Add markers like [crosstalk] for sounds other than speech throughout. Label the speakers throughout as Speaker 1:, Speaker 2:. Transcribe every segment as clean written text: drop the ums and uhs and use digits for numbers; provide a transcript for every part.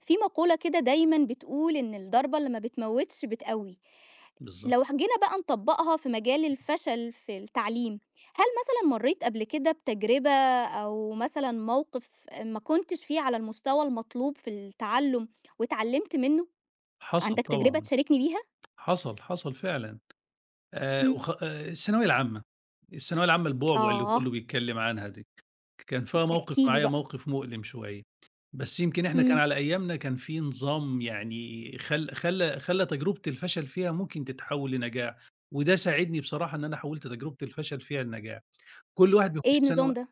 Speaker 1: في مقولة كده دايمًا بتقول إن الضربة اللي ما بتموّتش بتقوّي.
Speaker 2: بالضبط.
Speaker 1: لو ح جينا بقى نطبّقها في مجال الفشل في التعليم، هل مثلًا مرّيت قبل كده بتجربة أو مثلًا موقف ما كنتش فيه على المستوى المطلوب في التعلُّم واتعلّمت منّه؟
Speaker 2: حصل
Speaker 1: عندك تجربة
Speaker 2: طبعًا،
Speaker 1: تشاركني بيها؟
Speaker 2: حصل، حصل فعلًا.
Speaker 1: إمم.
Speaker 2: وخ الثانوية العامة، الثانوية العامة البُعبُع اللي
Speaker 1: آه،
Speaker 2: كُلّه بيتكلّم عنها دي، كان فيها موقف
Speaker 1: احكِ لي
Speaker 2: معايا
Speaker 1: بقى.
Speaker 2: موقف مؤلم شوية، بس يمكن إحنا كان
Speaker 1: إمم.
Speaker 2: على أيامنا كان في نظام يعني خل خلّى خلّى تجربة الفشل فيها ممكن تتحوّل لنجاح، وده ساعدني بصراحة إن أنا حوّلت تجربة الفشل فيها لنجاح. كل واحد
Speaker 1: إيه
Speaker 2: بيخُش
Speaker 1: النظام
Speaker 2: ثانوي
Speaker 1: ده؟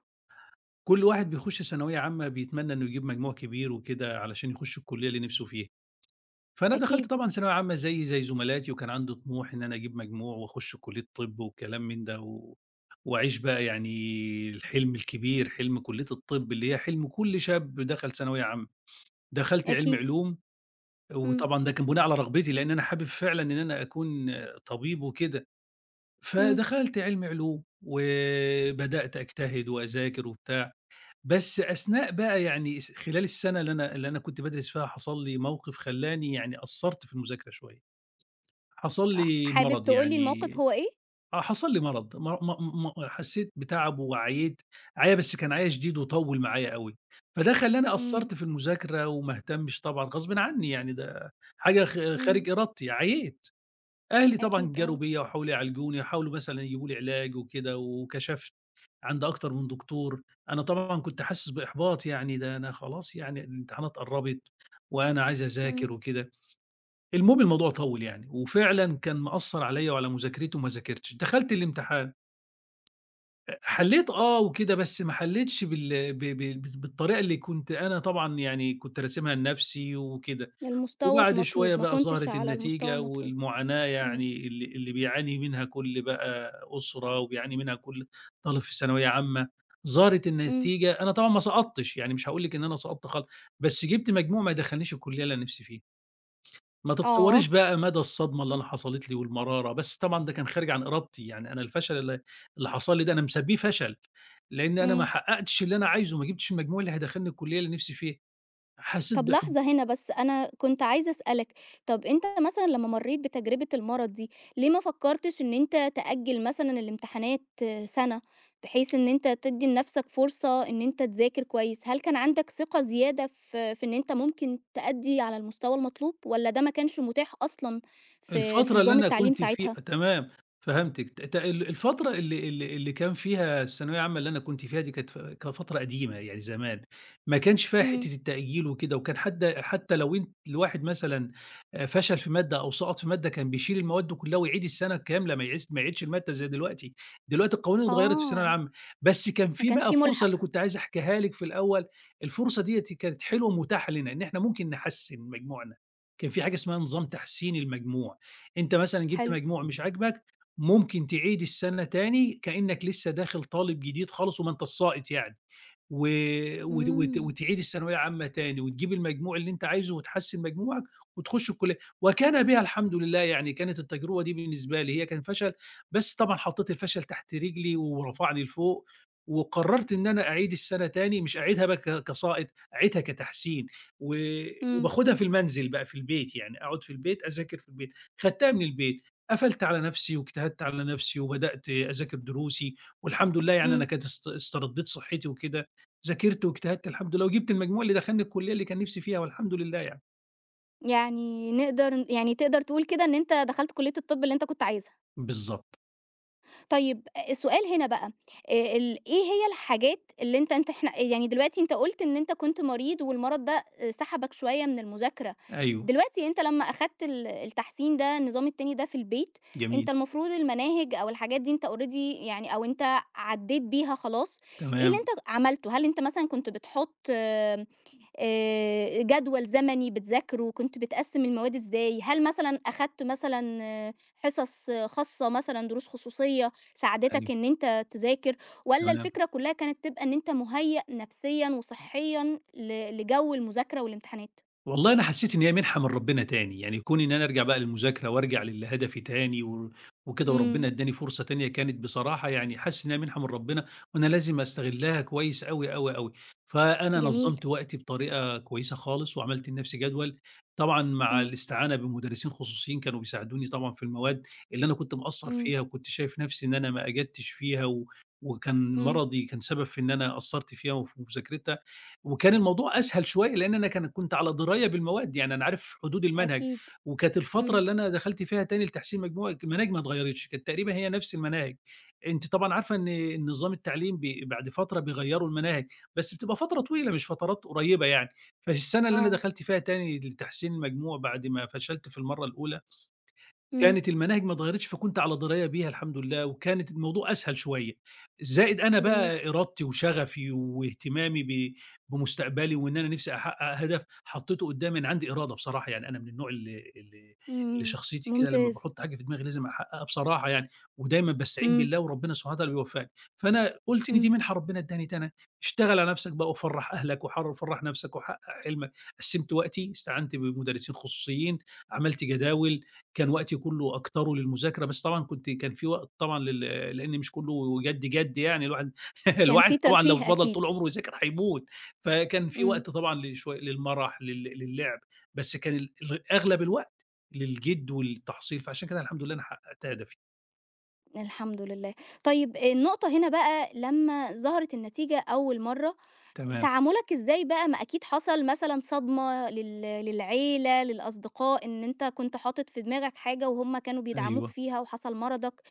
Speaker 2: كل واحد بيخُش ثانوية عامة بيتمنّى إنه يجيب مجموع كبير وكده علشان يخُش الكُلّية اللي نِفْسه فيها. فأنا دخلت
Speaker 1: أكيد،
Speaker 2: طبعًا ثانوية عامة زي زملاتي، وكان عندي طموح إن أنا أجيب مجموع وأخش كلية طِب وكلام من ده، وأعيش بقى يعني الحلم الكبير، حلم كلية الطِب اللي هي حلم كل شاب دخل ثانوية عامة. دخلت علمي
Speaker 1: أكيد.
Speaker 2: علوم،
Speaker 1: إمم،
Speaker 2: وطبعًا ده كان بناء على رغبتي، لإن أنا حابب فعلًا إن أنا أكون طبيب وكده.
Speaker 1: إمم.
Speaker 2: فدخلت علمي علوم، وبدأت أجتهد وأذاكر وبتاع، بس أثناء بقى يعني خلال السنة اللي أنا كنت بادرس فيها حصل لي موقف خلّاني يعني قصّرت في المذاكرة شوية. حصل لي
Speaker 1: حابب
Speaker 2: مرض
Speaker 1: تقول لي الموقف
Speaker 2: يعني
Speaker 1: هو إيه؟
Speaker 2: آه، حصل لي مرض م م م حسيت بتعب وعييت عيا بس كان عيا شديد وطوّل معايا أوي، فده خلّاني
Speaker 1: إمم،
Speaker 2: قصّرت في المذاكرة وما اهتمش طبعًا غصبٍ عني يعني ده حاجة
Speaker 1: إمم.
Speaker 2: خارج إرادتي، عييت. أهلي طبعًا
Speaker 1: أكيد
Speaker 2: جاروا
Speaker 1: آه.
Speaker 2: بيّا وحاولوا يعالجوني وحاولوا مثلًا يجيبوا لي علاج وكده وكشفت عند أكتر من دكتور، أنا طبعًا كنت حاسس بإحباط يعني ده أنا خلاص يعني الامتحانات قرّبت وأنا عايز
Speaker 1: إمم.
Speaker 2: أذاكر وكده. المهم الموضوع طوّل يعني، وفعلًا كان مأثّر عليَّ وعلى مذاكرتي وما ذاكرتش، دخلت الامتحان حلّيت آه وكده، بس ما حلّيتش بال ب ب بالطريقة اللي كنت أنا طبعًا يعني كنت راسمها لنفسي وكده،
Speaker 1: المستوى
Speaker 2: وبعد شوية
Speaker 1: المطلوب، ما
Speaker 2: بقى
Speaker 1: كنتش
Speaker 2: ظهرت
Speaker 1: على المستوى
Speaker 2: النتيجة
Speaker 1: المطلوب.
Speaker 2: والمعاناة
Speaker 1: إمم،
Speaker 2: يعني اللي بيعاني منها كل بقى أسرة وبيعاني منها كل طالب في ثانوية عامة، ظهرت
Speaker 1: إمم،
Speaker 2: النتيجة أنا طبعًا ما سقطتش، يعني مش هاقول لِك إن أنا سقطت خالص، بس جِبت مجموع ما يدخّلنيش الكلية اللي أنا نفسي فيها. ما
Speaker 1: آه،
Speaker 2: تتصوريش بقى مدى الصدمة اللي أنا حصلت لي والمرارة، بس طبعًا ده كان خارج عن إرادتي، يعني أنا الفشل اللي حصل لي ده أنا مسميه فشل، لإن أنا ما
Speaker 1: إمم.
Speaker 2: حققتش اللي أنا عايزه، ما جبتش المجموع اللي هيدخّلني الكلية اللي نفسي فيها، حسيت
Speaker 1: طب
Speaker 2: ب
Speaker 1: لحظة هنا بس، أنا كنت عايزة أسألك، طب أنت مثلًا لمّا مرّيت بتجربة المرض دي، ليه ما فكّرتش إن أنت تأجّل مثلًا الامتحانات سَنة، بحيث إن أنت تدّي لنَفْسك فرصة إن أنت تذاكر كويس؟ هل كان عندك ثقة زيادة في إن أنت ممكن تأدّي على المستوى المطلوب، والّا ده ما كانش متاح أصلًا في
Speaker 2: الفترة اللي
Speaker 1: نظام
Speaker 2: أنا
Speaker 1: التعليم
Speaker 2: كنت في
Speaker 1: ساعتها؟
Speaker 2: تمام، فهمتِك، ت ت ال الفترة اللي كان فيها الثانوية العامة اللي أنا كنت فيها دي كانت كانت فترة قديمة يعني زمان، ما كانش فيها
Speaker 1: إمم،
Speaker 2: حتّة التأجيل وكده، وكان حد حتى لو أنت الواحد مثلًا فشل في مادة أو سقط في مادة كان بيشيل المواد كلها ويعيد السنة كاملة ما يعيدش المادة زي دلوقتي، دلوقتي القوانين اتغيّرت في الثانوية
Speaker 1: آه،
Speaker 2: العامة، بس كان
Speaker 1: ما
Speaker 2: في
Speaker 1: كانش
Speaker 2: بقى
Speaker 1: في
Speaker 2: فرصة اللي
Speaker 1: مُلحق،
Speaker 2: كنت عايز أحكيها لِك في الأول، الفرصة ديّة كانت حلوة ومتاحة لنا إن إحنا ممكن نحسّن مجموعنا، كان في حاجة اسمها نظام تحسين المجموع. أنت مثلًا جِبت
Speaker 1: حلو،
Speaker 2: مجموع مش عاجبك، ممكن تعيد السنة تاني كإنّك لسّه داخل طالب جديد خالص وما أنتش ساقط يعني. و وت وت
Speaker 1: إمم.
Speaker 2: وتعيد الثانوية عامة تاني وتجيب المجموع اللي أنت عايزه وتحسّن مجموعك وتخُش الكلية، وكان بها الحمد لله، يعني كانت التجربة دي بالنسبة لي هي كان فشل، بس طبعًا حطّيت الفشل تحت رجلي ورفعني لفوق، وقرّرت إن أنا أعيد السَنة تاني، مش أعيدها بقى كسائط، أعيدها كتحسين و
Speaker 1: إمم،
Speaker 2: وباخدها في المنزل بقى في البيت، يعني أقعد في البيت أذاكر في البيت، خدتها من البيت، قفلت على نَفْسي واجتهدت على نَفْسي وبدأت أذاكر دروسي والحمد لله يعني أنا
Speaker 1: إمم،
Speaker 2: كانت استردّيت صحّتي وكده ذاكرت واجتهدت الحمد لله، وجِبت المجموع اللي دخّلني الكلية اللي كان نِفْسي فيها والحمد لله يعني.
Speaker 1: يعني نقدر ن يعني تقدر تقول كده إن أنت دخلت كلية الطب اللي أنت كنت عايزها.
Speaker 2: بالضبط،
Speaker 1: طيب السؤال هنا بقى ال إيه هي الحاجات اللي أنت أنت إحنا يعني دلوقتي أنت قُلت إن أنت كنت مريض والمرض ده سحبك شوية من المذاكرة،
Speaker 2: أيوه،
Speaker 1: دلوقتي أنت لمّا أخدت التحسين ده النظام التاني ده في البيت،
Speaker 2: جميل،
Speaker 1: أنت المفروض المناهج أو الحاجات دي أنت already يعني أو أنت عدّيت بيها خلاص، إيه اللي
Speaker 2: تمام،
Speaker 1: أنت عملته؟ هل أنت مثلًا كنت بتحُط جدول زمني بتذاكره، كنت بتقسّم المواد إزاي؟ هل مثلًا أخدت مثلًا حصص خاصة مثلًا، دروس خصوصية ساعدتك
Speaker 2: أيوه،
Speaker 1: إن أنت تذاكر، والّا
Speaker 2: تمام.
Speaker 1: الفكرة كلّها كانت تبقى إن أنت مُهيأ نفسيًا وصحيًا لجو المذاكرة والامتحانات؟
Speaker 2: والله أنا حسّيت إن هي مِنحة من ربنا تاني، يعني كوني إن أنا أرجع بقى للمذاكرة وأرجع لهدفي تاني وكده
Speaker 1: إمم،
Speaker 2: وربنا ادّاني فرصة تانية كانت بصراحة يعني حاسس إنها مِنحة من ربنا وأنا لازم أستغلّها كويس أوي، أوي، أوي. فأنا
Speaker 1: جميل،
Speaker 2: نظّمت وقتي بطريقة كويسة خالص وعملت لنَفْسي جدول، طبعًا مع
Speaker 1: إمم،
Speaker 2: الاستعانة بمدرسين خصوصيين كانوا بيساعدوني طبعًا في المواد اللي أنا كنت مقصّر
Speaker 1: إمم،
Speaker 2: فيها وكنت شايف نَفْسي إن أنا ما أجدتش فيها وكان
Speaker 1: إمم،
Speaker 2: مرضي كان سبب في إن أنا قصّرت فيها وفي مذاكرتها. وكان الموضوع أسهل شوية لإن أنا كنت على دراية بالمواد، يعني أنا عارف حدود المنهج،
Speaker 1: أكيد،
Speaker 2: وكانت الفترة
Speaker 1: إمم،
Speaker 2: اللي أنا دخلت فيها تاني لتحسين مجموع المناهج ما اتغيّرتش، كانت تقريبًا هي نفس المناهج. أنتِ طبعًا عارفة إن النظام التعليم بعد فترة بيغيّروا المناهج، بس بتبقى فترة طويلة مش فترات قريّبة يعني، فالسنة اللي أنا
Speaker 1: آه،
Speaker 2: دخلت فيها تاني لتحسين المجموع بعد ما فشلت في المرّة الأولى
Speaker 1: إمم،
Speaker 2: كانت المناهج ما اتغيّرتش، فكنت على دراية بيها الحمد لله، وكانت الموضوع أسهل شوية، زائد أنا
Speaker 1: جميل،
Speaker 2: بقى إرادتي وشغفي واهتمامي بمستقبلي وإن أنا نِفْسي أحقق هدف حطّيته قدّامي، أنا عندي إرادة بصراحة، يعني أنا من النوع اللي
Speaker 1: إمم،
Speaker 2: شخصيتي كده لمّا
Speaker 1: ممتاز،
Speaker 2: باحُط حاجة في دماغي لازم أحققها بصراحة يعني، ودايمًا باستعين
Speaker 1: إمم،
Speaker 2: بالله وربنا سبحانه وتعالى بيوفّقني، فأنا قُلت إن
Speaker 1: إمم،
Speaker 2: دي منحة ربنا ادّاني دي أنا اشتغل على نَفْسك بقى وفرّح أهلك وفرّح نَفْسك وحقق حلمك، قسّمت وقتي، استعنت بمدرسين خصوصيين، عملت جداول، كان وقتي كُلّه أكتره للمذاكرة، بس طبعًا كان في وقت طبعًا لإن مش كُلّه جَد، جَد يعني الواحد [laughs]
Speaker 1: كان في
Speaker 2: الواحد طبعًا لو
Speaker 1: ترفيه
Speaker 2: فضل طول
Speaker 1: أكيد،
Speaker 2: عمره يذاكر هيموت، فكان في
Speaker 1: إمم.
Speaker 2: وقت طبعًا لشوي للمَرَح، للعب، بس كان ال ال أغلب الوقت للجِد والتحصيل، فعشان كده الحمد لله أنا حققت هدفي.
Speaker 1: الحمد لله. طيب آه، النقطة هنا بقى لمّا ظهرت النتيجة أول مرّة،
Speaker 2: تمام،
Speaker 1: تعاملك إزاي بقى؟ ما أكيد حصل مثلًا صدمة للعيلة، للأصدقاء، إن أنت كنت حاطط في دماغك حاجة وهُم كانوا بيدعموك
Speaker 2: أيوه،
Speaker 1: فيها وحصل مرضك.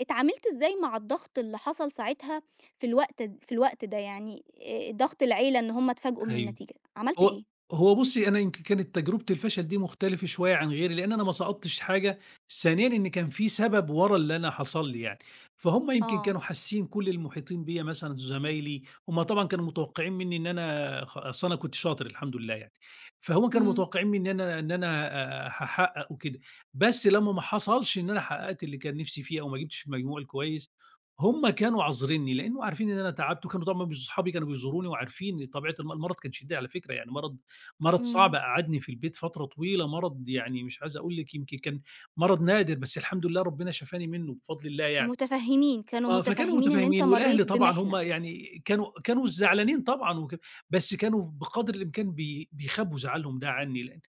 Speaker 1: اتعاملت إزاي مع الضغط اللي حصل ساعتها في الوقت ده يعني ضغط العيلة إن هُم اتفاجئوا من
Speaker 2: أيوه.
Speaker 1: النتيجة، عملت
Speaker 2: هو
Speaker 1: إيه؟
Speaker 2: هو بُصّي، أنا يمكن كانت تجربة الفشل دي مختلفة شوية عن غيري، لإن أنا ما سقطتش حاجة، ثانيًا إن كان في سبب ورا اللي أنا حصل لي يعني، فهُم يمكن
Speaker 1: آه.
Speaker 2: كانوا حاسين كل المحيطين بيّا مثلًا زمايلي، هُم طبعًا كانوا متوقعين منّي إن أنا أصل أنا كنت شاطر الحمد لله يعني، فهُم كانوا
Speaker 1: إمم،
Speaker 2: متوقعين منّي إن أنا هاحقق وكده، بس لمّا ما حصلش إن أنا حققت اللي كان نِفْسي فيه أو ما جِبتش المجموع الكويس هم كانوا عاذرينّي، لإنه عارفين إن أنا تعبت، وكانوا طبعًا مش صحابي كانوا بيزوروني وعارفين طبيعة المرض كان شديد على فكرة، يعني مرض مرض صعب
Speaker 1: إمم.
Speaker 2: قعّدني في البيت فترة طويلة، مرض يعني مش عايز أقول لِك يمكن كان مرض نادر، بس الحمد لله ربنا شفاني منّه بفضل الله يعني.
Speaker 1: مُتفهّمين، كانوا
Speaker 2: آه، فكانوا
Speaker 1: مُتفهّمين إن أنت
Speaker 2: متفاهمين،
Speaker 1: مرّيت
Speaker 2: والأهل طبعًا هم
Speaker 1: بمِحنة.
Speaker 2: يعني كانوا كانوا زعلانين طبعًا بس كانوا بقدر الإمكان بيخبّوا زعلهم ده عني، لإن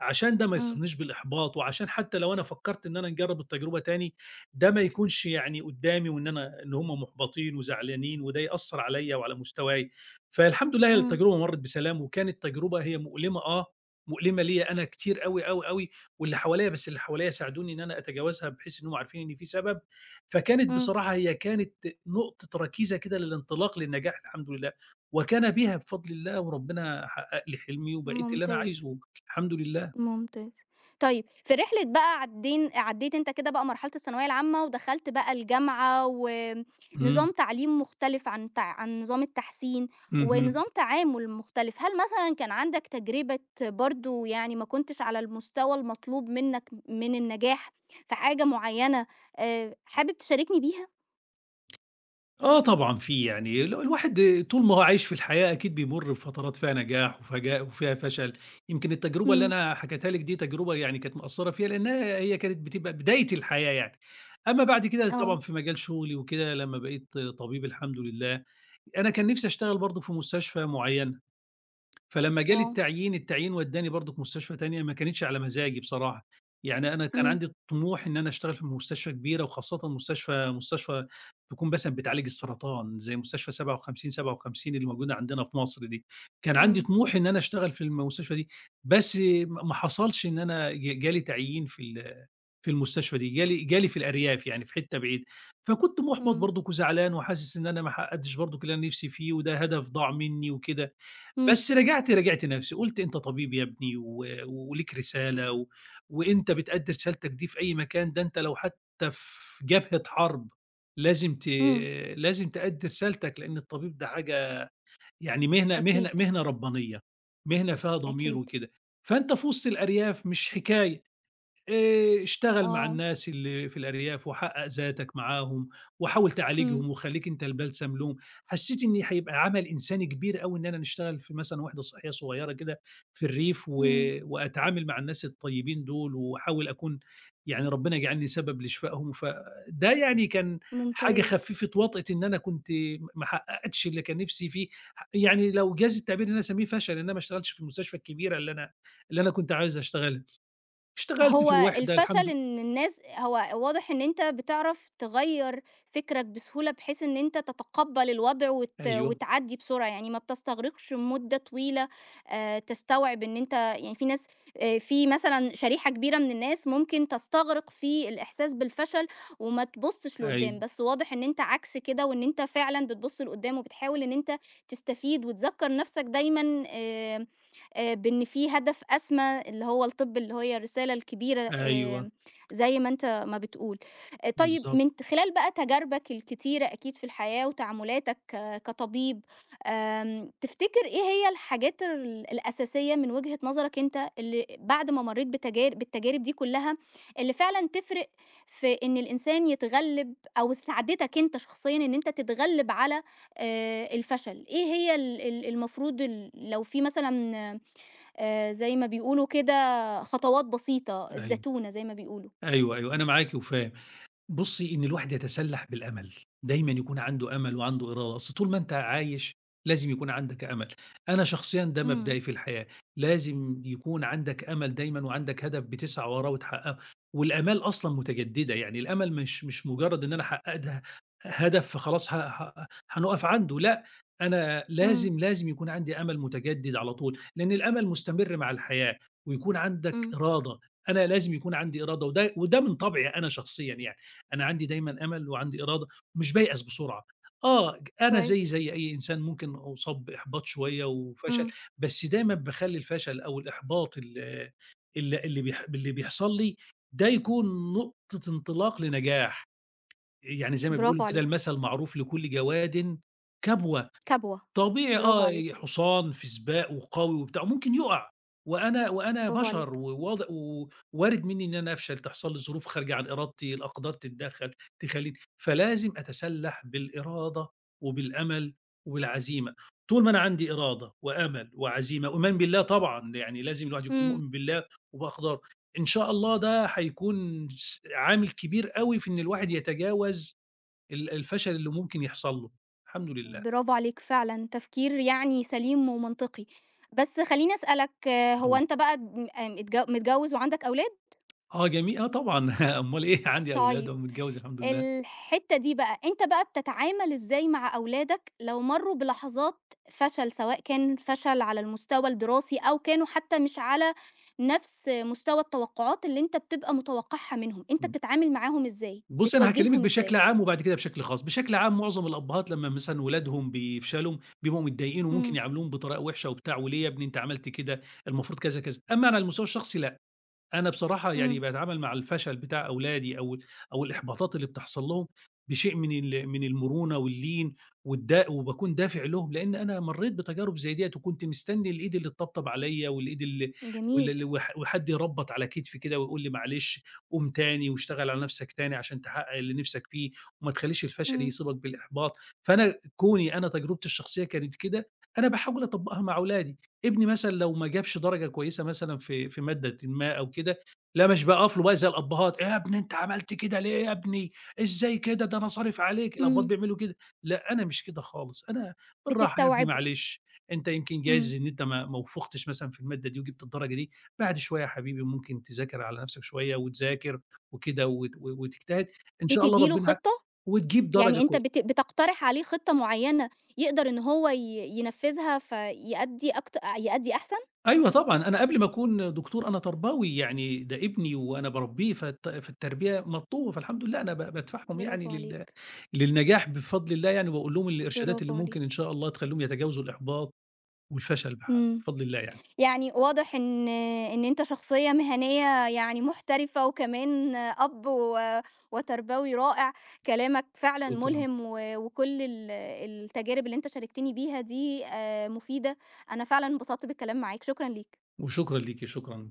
Speaker 2: عشان ده ما
Speaker 1: إمم،
Speaker 2: يصيبنيش بالإحباط، وعشان حتى لو أنا فكّرت إن أنا نجرّب التجربة تاني، ده ما يكونش يعني قدّامي وإن أنا إن هم مُحبطين وزعلانين وده يأثّر عليّا وعلى مستواي. فالحمد لله هي
Speaker 1: إمم،
Speaker 2: التجربة مرّت بسلام، وكانت تجربة هي مؤلمة آه، مؤلمة ليّا أنا كتير أوي، أوي، أوي، واللي حواليّا بس اللي حواليّا ساعدوني إن أنا أتجاوزها بحيث إنهم عارفين إن في سبب فكانت
Speaker 1: إمم.
Speaker 2: بصراحة هي كانت نقطة ركيزة كده للانطلاق للنجاح الحمد لله، وكان بها بفضل الله وربنا حقق لي حلمي وبقيت اللي أنا
Speaker 1: ممتاز،
Speaker 2: عايزه الحمد لله.
Speaker 1: ممتاز. طيب في رحلة بقى عدّيت أنت كده بقى مرحلة الثانوية العامة ودخلت بقى الجامعة
Speaker 2: إمم،
Speaker 1: ونظام تعليم مختلف عن نظام التحسين،
Speaker 2: اهم.
Speaker 1: ونظام تعامل مختلف، هل مثلًا كان عندك تجربة برضه يعني ما كنتش على المستوى المطلوب منّك من النجاح في حاجة معيّنة حابب تشاركني بيها؟
Speaker 2: آه طبعًا في يعني الواحد طول ما هو عايش في الحياة أكيد بيمُر بفترات فيها نجاح وفيها فشل، يمكن التجربة اللي
Speaker 1: إمم،
Speaker 2: أنا حكيتها لِك دي تجربة يعني كانت مأثّرة فيّا لأنها هي كانت بتبقى بداية الحياة يعني. أمّا بعد كده طبعًا
Speaker 1: آه،
Speaker 2: في مجال شغلي وكده لمّا بقيت طبيب الحمد لله، أنا كان نِفْسي أشتغل برضه في مستشفى معيّنة. فلمّا جالي
Speaker 1: آه،
Speaker 2: التعيين، التعيين ودّاني برضك مستشفى تانية ما كانتش على مزاجي بصراحة، يعني أنا كان
Speaker 1: إمم،
Speaker 2: عندي طموح إن أنا أشتغل في مستشفى كبيرة وخاصةً مستشفى تكون مثلًا بتعالج السرطان زي مستشفى 57 57 اللي موجودة عندنا في مصر دي، كان عندي
Speaker 1: إمم،
Speaker 2: طموح إن أنا أشتغل في المستشفى دي، بس ما حصلش إن أنا جالي تعيين في في المستشفى دي، جالي في الأرياف يعني في حتة بعيدة، فكنت مُحبَط
Speaker 1: إمم،
Speaker 2: برضك وزعلان وحاسس إن أنا ما حققتش برضك اللي أنا نفسي فيه وده هدف ضاع منّي وكده.
Speaker 1: إمم،
Speaker 2: بس راجعت نفسي، قُلت أنت طبيب يا ابني وليك رسالة وأنت بتأدّي رسالتك دي في أي مكان، ده أنت لو حتى في جبهة حرب لازم ت
Speaker 1: إمم،
Speaker 2: لازم تأدّي رسالتك، لإن الطبيب ده حاجة يعني مهنة
Speaker 1: أكيد،
Speaker 2: مهنة مهنة ربانية، مهنة فيها ضمير
Speaker 1: أكيد،
Speaker 2: وكده، فأنت في وسط الأرياف مش حكاية. اشتغل مع
Speaker 1: آه،
Speaker 2: الناس اللي في الأرياف وحقق ذاتك معاهم، وحاول
Speaker 1: إمم،
Speaker 2: تعالجهم وخلّيك أنت البلسم لهم، حسّيت إن هيبقى عمل إنساني كبير أوي إن أنا نشتغل في مثلًا وحدة صحية صغيرة كده في الريف
Speaker 1: إمم.
Speaker 2: وأتعامل مع الناس الطيبين دول، واحاول أكون يعني ربنا يجعلني سبب لشفائهم، فده يعني كان حاجة
Speaker 1: ممتاز.
Speaker 2: خفّفت وطأة إن أنا كنت ما حققتش اللي كان نفسي فيه، يعني لو جاز التعبير إن أنا أسميه فشل إن أنا ما اشتغلتش في المستشفى الكبيرة اللي أنا كنت عايز أشتغلها. اشتغلت في الوِحدة الحمد لله.
Speaker 1: هو واضح إن أنت بتعرف تغيّر فكرك بسهولة، بحيث إن أنت تتقبّل الوضع
Speaker 2: أيوه،
Speaker 1: وتعدّي بسرعة، يعني ما بتستغرقش مدة طويلة تستوعب إن أنت يعني في ناس في مثلًا شريحة كبيرة من الناس ممكن تستغرق في الإحساس بالفشل وما تبُصّش لقدّام،
Speaker 2: أيوه،
Speaker 1: بس واضح إن أنت عكس كده، وإن أنت فعلًا بتبُص لقدّام وبتحاول إن أنت تستفيد وتذكّر نَفْسك دايمًا بإن في هدف أسمى اللي هو الطب اللي هي الرسالة الكبيرة
Speaker 2: أيوه،
Speaker 1: زي ما أنت ما بتقول. طيب
Speaker 2: بالضبط،
Speaker 1: من ت خلال بقى تجاربك الكتيرة أكيد في الحياة وتعاملاتك ك كطبيب، تفتكر إيه هي الحاجات الأساسية من وجهة نظرك أنت اللي بعد ما مرّيت بالتجارب دي كلها، اللي فعلًا تفرق في إن الإنسان يتغلب أو ساعدتك أنت شخصيًا إن أنت تتغلب على الفشل؟ إيه هي ال ال المفروض ال لو في مثلًا زي ما بيقولوا كده خطوات بسيطة،
Speaker 2: أيوه،
Speaker 1: الزتونة زي ما بيقولوا.
Speaker 2: أيوه، أيوه، أنا معاكِ وفاهم. بُصّي، إن الواحد يتسلّح بالأمل، دايمًا يكون عنده أمل وعنده إرادة، أصل طول ما أنت عايش لازم يكون عندك أمل، أنا شخصيًا ده
Speaker 1: إمم،
Speaker 2: مبدئي في الحياة، لازم يكون عندك أمل دايمًا وعندك هدف بتسعى وراه وتحققه، والآمال أصلًا متجددة، يعني الأمل مش مجرد إن أنا حققت هدف فخلاص ه ه هنقف عنده، لأ، أنا
Speaker 1: إمم،
Speaker 2: لازم، لازم يكون عندي أمل متجدد على طول، لأن الأمل مستمر مع الحياة، ويكون عندك
Speaker 1: إمم،
Speaker 2: إرادة، أنا لازم يكون عندي إرادة، وده من طبعي أنا شخصيًا يعني. أنا عندي دايمًا أمل وعندي إرادة ومش بيأس بسرعة. آه، أنا زيي
Speaker 1: كويس،
Speaker 2: زي أي إنسان ممكن أُصاب بإحباط شوية وفشل،
Speaker 1: إمم.
Speaker 2: بس دايمًا باخلّي الفشل أو الإحباط ال ال اللي بيح اللي بيحصل لي ده يكون نقطة انطلاق لنجاح. يعني زي ما
Speaker 1: برافو
Speaker 2: بيقولوا كده
Speaker 1: عليك،
Speaker 2: المثل المعروف لكل جواد كبوة.
Speaker 1: كبوة،
Speaker 2: طبيعي
Speaker 1: برافو
Speaker 2: آه،
Speaker 1: عليك،
Speaker 2: حصان في سباق وقوي وبتاع، وممكن يُقع، وأنا
Speaker 1: برافو
Speaker 2: بشر
Speaker 1: عليك.
Speaker 2: ووارد منّي إن أنا أفشل، تحصل لي ظروف خارجة عن إرادتي، الأقدار تتدخّل تخلّيني فلازم أتسلّح بالإرادة وبالأمل وبالعزيمة، طول ما أنا عندي إرادة وأمل وعزيمة وإيمان بالله طبعًا، يعني لازم الواحد يكون
Speaker 1: إمم.
Speaker 2: مؤمن بالله وبأقداره، إن شاء الله ده هيكون عامل كبير أوي في إن الواحد يتجاوز الفشل اللي ممكن يحصل له، الحمد لله.
Speaker 1: برافو عليك فعلًا، تفكير يعني سليم ومنطقي. بس خلّيني أسألك، هو أنت بقى م متج متجوّز وعندك أولاد؟
Speaker 2: آه جميل آه طبعًا [laughs] أمّال إيه عندي أولاد
Speaker 1: طيب.
Speaker 2: وأهو متجوّز الحمد لله،
Speaker 1: الحتّة دي بقى، أنت بقى بتتعامل إزاي مع أولادك لو مرّوا بلحظات فشل، سواء كان فشل على المستوى الدراسي أو كانوا حتى مش على نفس مستوى التوقعات اللي أنت بتبقى متوقعها منهم، أنت
Speaker 2: إمم.
Speaker 1: بتتعامل معاهم إزاي،
Speaker 2: بُصّي أنا هاكلّمِك
Speaker 1: بتوجّههم
Speaker 2: بشكل
Speaker 1: إزاي؟
Speaker 2: عام وبعد كده بشكل خاص، بشكل عام معظم الأبهات لمّا مثلًا ولادهم بيفشلوا بيبقوا متضايقين وممكن
Speaker 1: إمم،
Speaker 2: يعاملوهم بطريقة وِحشة وبتاع، وليه يا ابني أنت عملت كده، المفروض كذا، كذا، أمّا أنا على المستوى الشخصي لأ. أنا بصراحة يعني
Speaker 1: إمم،
Speaker 2: باتعامل مع الفشل بتاع أولادي أو الإحباطات اللي بتحصل لهم بشيء من المرونة واللين وباكون دافع لهم، لإن أنا مرّيت بتجارب زي ديّة وكنت مستني الإيد اللي تطبطب عليَّ والإيد ال وال
Speaker 1: جميل،
Speaker 2: ال وح وحد يربّط على كتفي كده ويقول لي معلش قوم تاني واشتغل على نفسك تاني عشان تحقق اللي نِفْسك فيه وما تخلّيش الفشل
Speaker 1: إمم،
Speaker 2: يصيبك بالإحباط، فأنا كوني أنا تجربتي الشخصية كانت كده، أنا باحاول أطبّقها مع أولادي. ابني مثلًا لو ما جابش درجة كويسة مثلًا في مادةٍ ما أو كده، لا مش بقف له بقى زي الأبّهات، "إيه يا ابني أنت عملت كده ليه يا ابني؟ إزاي كده؟ ده أنا صارف عليك." الأبّهات
Speaker 1: إمم،
Speaker 2: بيعملوا كده، لأ أنا مش كده خالص، أنا بالراحة يا ابني
Speaker 1: بتستوعبه،
Speaker 2: معلش، أنت يمكن
Speaker 1: إمم،
Speaker 2: جايز إن أنت ما وفقتش مثلًا في المادة دي وجبت الدرجة دي، بعد شوية يا حبيبي ممكن تذاكر على نفسك شوية وتذاكر وكده وت وتجتهد، إن شاء الله
Speaker 1: بتدّي له
Speaker 2: ربنا ع
Speaker 1: خطة؟
Speaker 2: وتجيب درجة
Speaker 1: يعني أنت
Speaker 2: كويسة.
Speaker 1: بتقترح عليه خطة معيّنة يقدر إن هو ينفّذها فيأدّي أكت يأدّي أحسن؟
Speaker 2: أيوه طبعًا، أنا قبل ما أكون دكتور أنا تربوي، يعني ده ابني وأنا باربيه فالتربية مطلوبة، فالحمد لله أنا بادفعهم يعني
Speaker 1: برافو عليك،
Speaker 2: للنجاح بفضل الله يعني، وباقول لهم الإرشادات
Speaker 1: برافو
Speaker 2: اللي ممكن إن
Speaker 1: عليك.
Speaker 2: شاء الله تخليهم يتجاوزوا الإحباط والفشل
Speaker 1: إمم.
Speaker 2: بفضل الله يعني.
Speaker 1: يعني واضح إن أنت شخصية مهنية يعني محترفة، وكمان أب و وتربوي رائع، كلامك فعلًا
Speaker 2: شكرًا،
Speaker 1: ملهم و وكل التجارب اللي أنت شاركتني بيها دي مفيدة، أنا فعلًا انبسطت بالكلام معاك، شكرًا ليك.
Speaker 2: وشكرًا ليكِ، شكرًا.